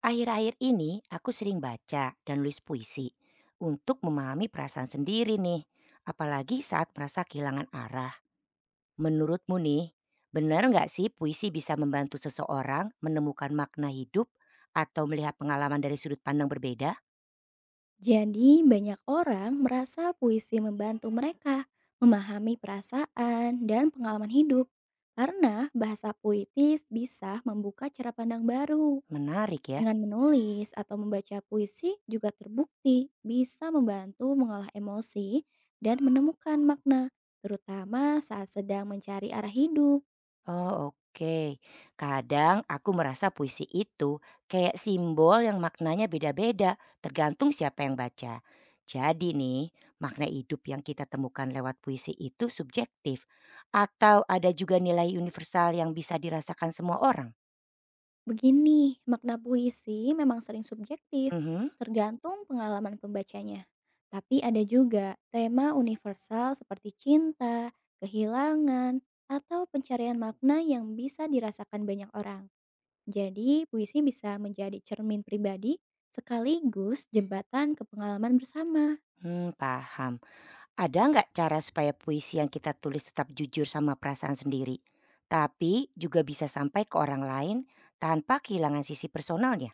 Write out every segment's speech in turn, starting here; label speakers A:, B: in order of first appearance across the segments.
A: Akhir-akhir ini aku sering baca dan nulis puisi untuk memahami perasaan sendiri nih, apalagi saat merasa kehilangan arah. Menurutmu nih, benar nggak sih puisi bisa membantu seseorang menemukan makna hidup atau melihat pengalaman dari sudut pandang berbeda?
B: Jadi, banyak orang merasa puisi membantu mereka memahami perasaan dan pengalaman hidup. Karena bahasa puitis bisa membuka cara pandang baru.
A: Menarik ya.
B: Dengan menulis atau membaca puisi juga terbukti bisa membantu mengolah emosi dan menemukan makna, terutama saat sedang mencari arah hidup.
A: Oh, oke. Kadang aku merasa puisi itu kayak simbol yang maknanya beda-beda, tergantung siapa yang baca. Jadi nih, makna hidup yang kita temukan lewat puisi itu subjektif atau ada juga nilai universal yang bisa dirasakan semua orang?
B: Begini, makna puisi memang sering subjektif,
A: Mhm.
B: tergantung pengalaman pembacanya. Tapi ada juga tema universal seperti cinta, kehilangan, atau pencarian makna yang bisa dirasakan banyak orang. Jadi, puisi bisa menjadi cermin pribadi sekaligus jembatan ke pengalaman bersama.
A: Hmm, paham. Ada nggak cara supaya puisi yang kita tulis tetap jujur sama perasaan sendiri, tapi juga bisa sampai ke orang lain tanpa kehilangan sisi personalnya?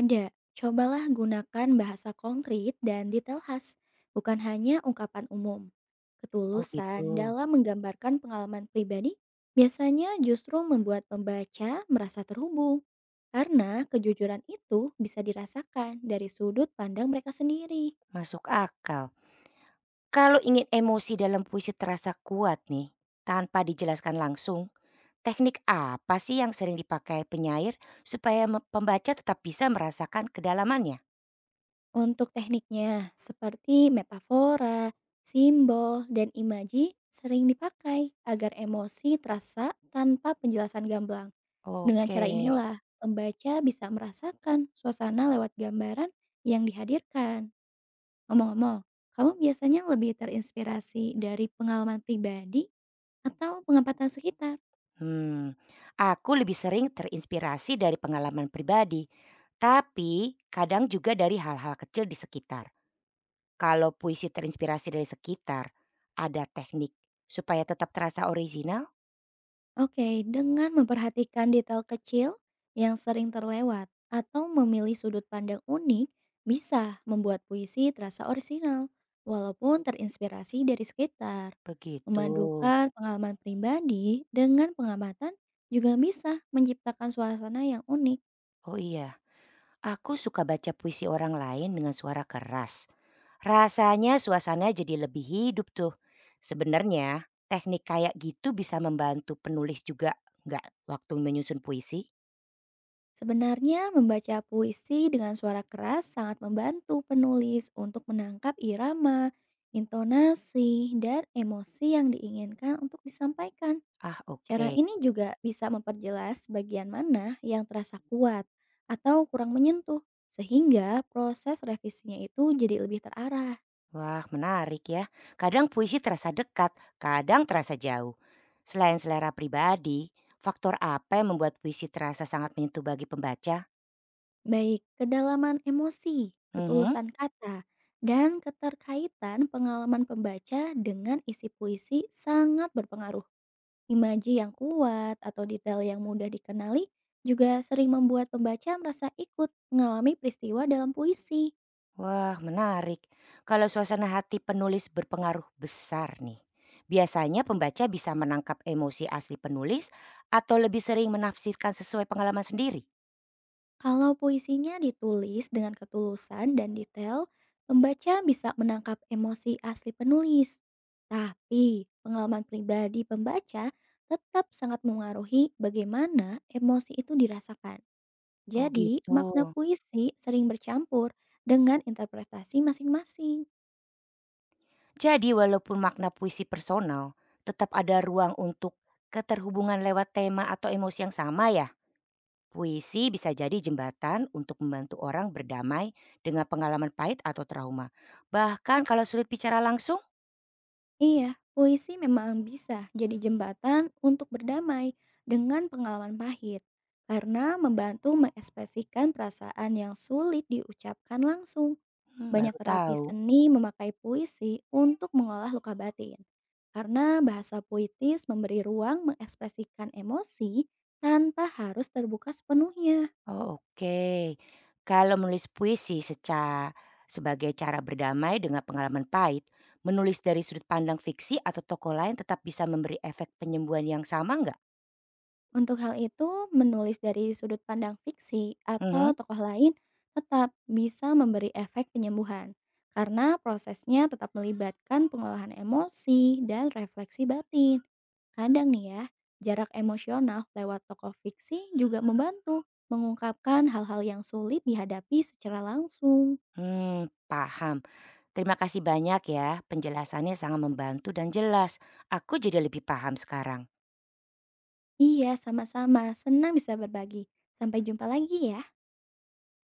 B: Ada. Cobalah gunakan bahasa konkret dan detail khas, bukan hanya ungkapan umum.
A: Oh,
B: Ketulusan
A: gitu.
B: dalam menggambarkan pengalaman pribadi biasanya justru membuat pembaca merasa terhubung. Karena kejujuran itu bisa dirasakan dari sudut pandang mereka sendiri.
A: Masuk akal. Kalau ingin emosi dalam puisi terasa kuat nih, tanpa dijelaskan langsung, teknik apa sih yang sering dipakai penyair supaya pembaca tetap bisa merasakan kedalamannya?
B: Untuk tekniknya, seperti metafora, simbol, dan imaji sering dipakai agar emosi terasa tanpa penjelasan gamblang. Dengan
A: Oke.
B: cara inilah, pembaca bisa merasakan suasana lewat gambaran yang dihadirkan. Ngomong-ngomong, kamu biasanya lebih terinspirasi dari pengalaman pribadi atau pengamatan sekitar?
A: Hmm, aku lebih sering terinspirasi dari pengalaman pribadi, tapi kadang juga dari hal-hal kecil di sekitar. Kalau puisi terinspirasi dari sekitar, ada teknik supaya tetap terasa orisinal?
B: Oke, dengan memperhatikan detail kecil yang sering terlewat atau memilih sudut pandang unik, bisa membuat puisi terasa orisinal, walaupun terinspirasi dari sekitar.
A: Begitu.
B: Memadukan pengalaman pribadi dengan pengamatan juga bisa menciptakan suasana yang unik.
A: Oh iya. Aku suka baca puisi orang lain dengan suara keras. Rasanya suasana jadi lebih hidup tuh. Sebenarnya teknik kayak gitu bisa membantu penulis juga nggak waktu menyusun puisi?
B: Sebenarnya, membaca puisi dengan suara keras sangat membantu penulis untuk menangkap irama, intonasi, dan emosi yang diinginkan untuk disampaikan.
A: Ah,
B: Cara
A: oke.
B: ini juga bisa memperjelas bagian mana yang terasa kuat atau kurang menyentuh, sehingga proses revisinya itu jadi lebih terarah.
A: Wah, menarik ya. Kadang puisi terasa dekat, kadang terasa jauh. Selain selera pribadi, faktor apa yang membuat puisi terasa sangat menyentuh bagi pembaca?
B: Baik kedalaman emosi,
A: Mhm.
B: ketulusan kata, dan keterkaitan pengalaman pembaca dengan isi puisi sangat berpengaruh. Imaji yang kuat atau detail yang mudah dikenali juga sering membuat pembaca merasa ikut mengalami peristiwa dalam puisi.
A: Wah, menarik. Kalau suasana hati penulis berpengaruh besar nih. Biasanya pembaca bisa menangkap emosi asli penulis atau lebih sering menafsirkan sesuai pengalaman sendiri.
B: Kalau puisinya ditulis dengan ketulusan dan detail, pembaca bisa menangkap emosi asli penulis. Tapi, pengalaman pribadi pembaca tetap sangat mengaruhi bagaimana emosi itu dirasakan.
A: Oh
B: Jadi,
A: gitu.
B: makna puisi sering bercampur dengan interpretasi masing-masing.
A: Jadi walaupun makna puisi personal, tetap ada ruang untuk keterhubungan lewat tema atau emosi yang sama ya. Puisi bisa jadi jembatan untuk membantu orang berdamai dengan pengalaman pahit atau trauma. Bahkan kalau sulit bicara langsung,
B: Iya, puisi memang bisa jadi jembatan untuk berdamai dengan pengalaman pahit karena membantu mengekspresikan perasaan yang sulit diucapkan langsung.
A: baru
B: Banyak terapi
A: tahu.
B: seni memakai puisi untuk mengolah luka batin karena bahasa puitis memberi ruang mengekspresikan emosi tanpa harus terbuka sepenuhnya.
A: Oh, oke. Kalau menulis puisi secara sebagai cara berdamai dengan pengalaman pahit, menulis dari sudut pandang fiksi atau tokoh lain tetap bisa memberi efek penyembuhan yang sama nggak?
B: Untuk hal itu, menulis dari sudut pandang fiksi atau
A: Mhm.
B: tokoh lain tetap bisa memberi efek penyembuhan, karena prosesnya tetap melibatkan pengolahan emosi dan refleksi batin. Kadang nih ya, jarak emosional lewat tokoh fiksi juga membantu mengungkapkan hal-hal yang sulit dihadapi secara langsung.
A: Hmm, paham. Terima kasih banyak ya, penjelasannya sangat membantu dan jelas. Aku jadi lebih paham sekarang.
B: Iya, sama-sama. Senang bisa berbagi. Sampai jumpa lagi ya.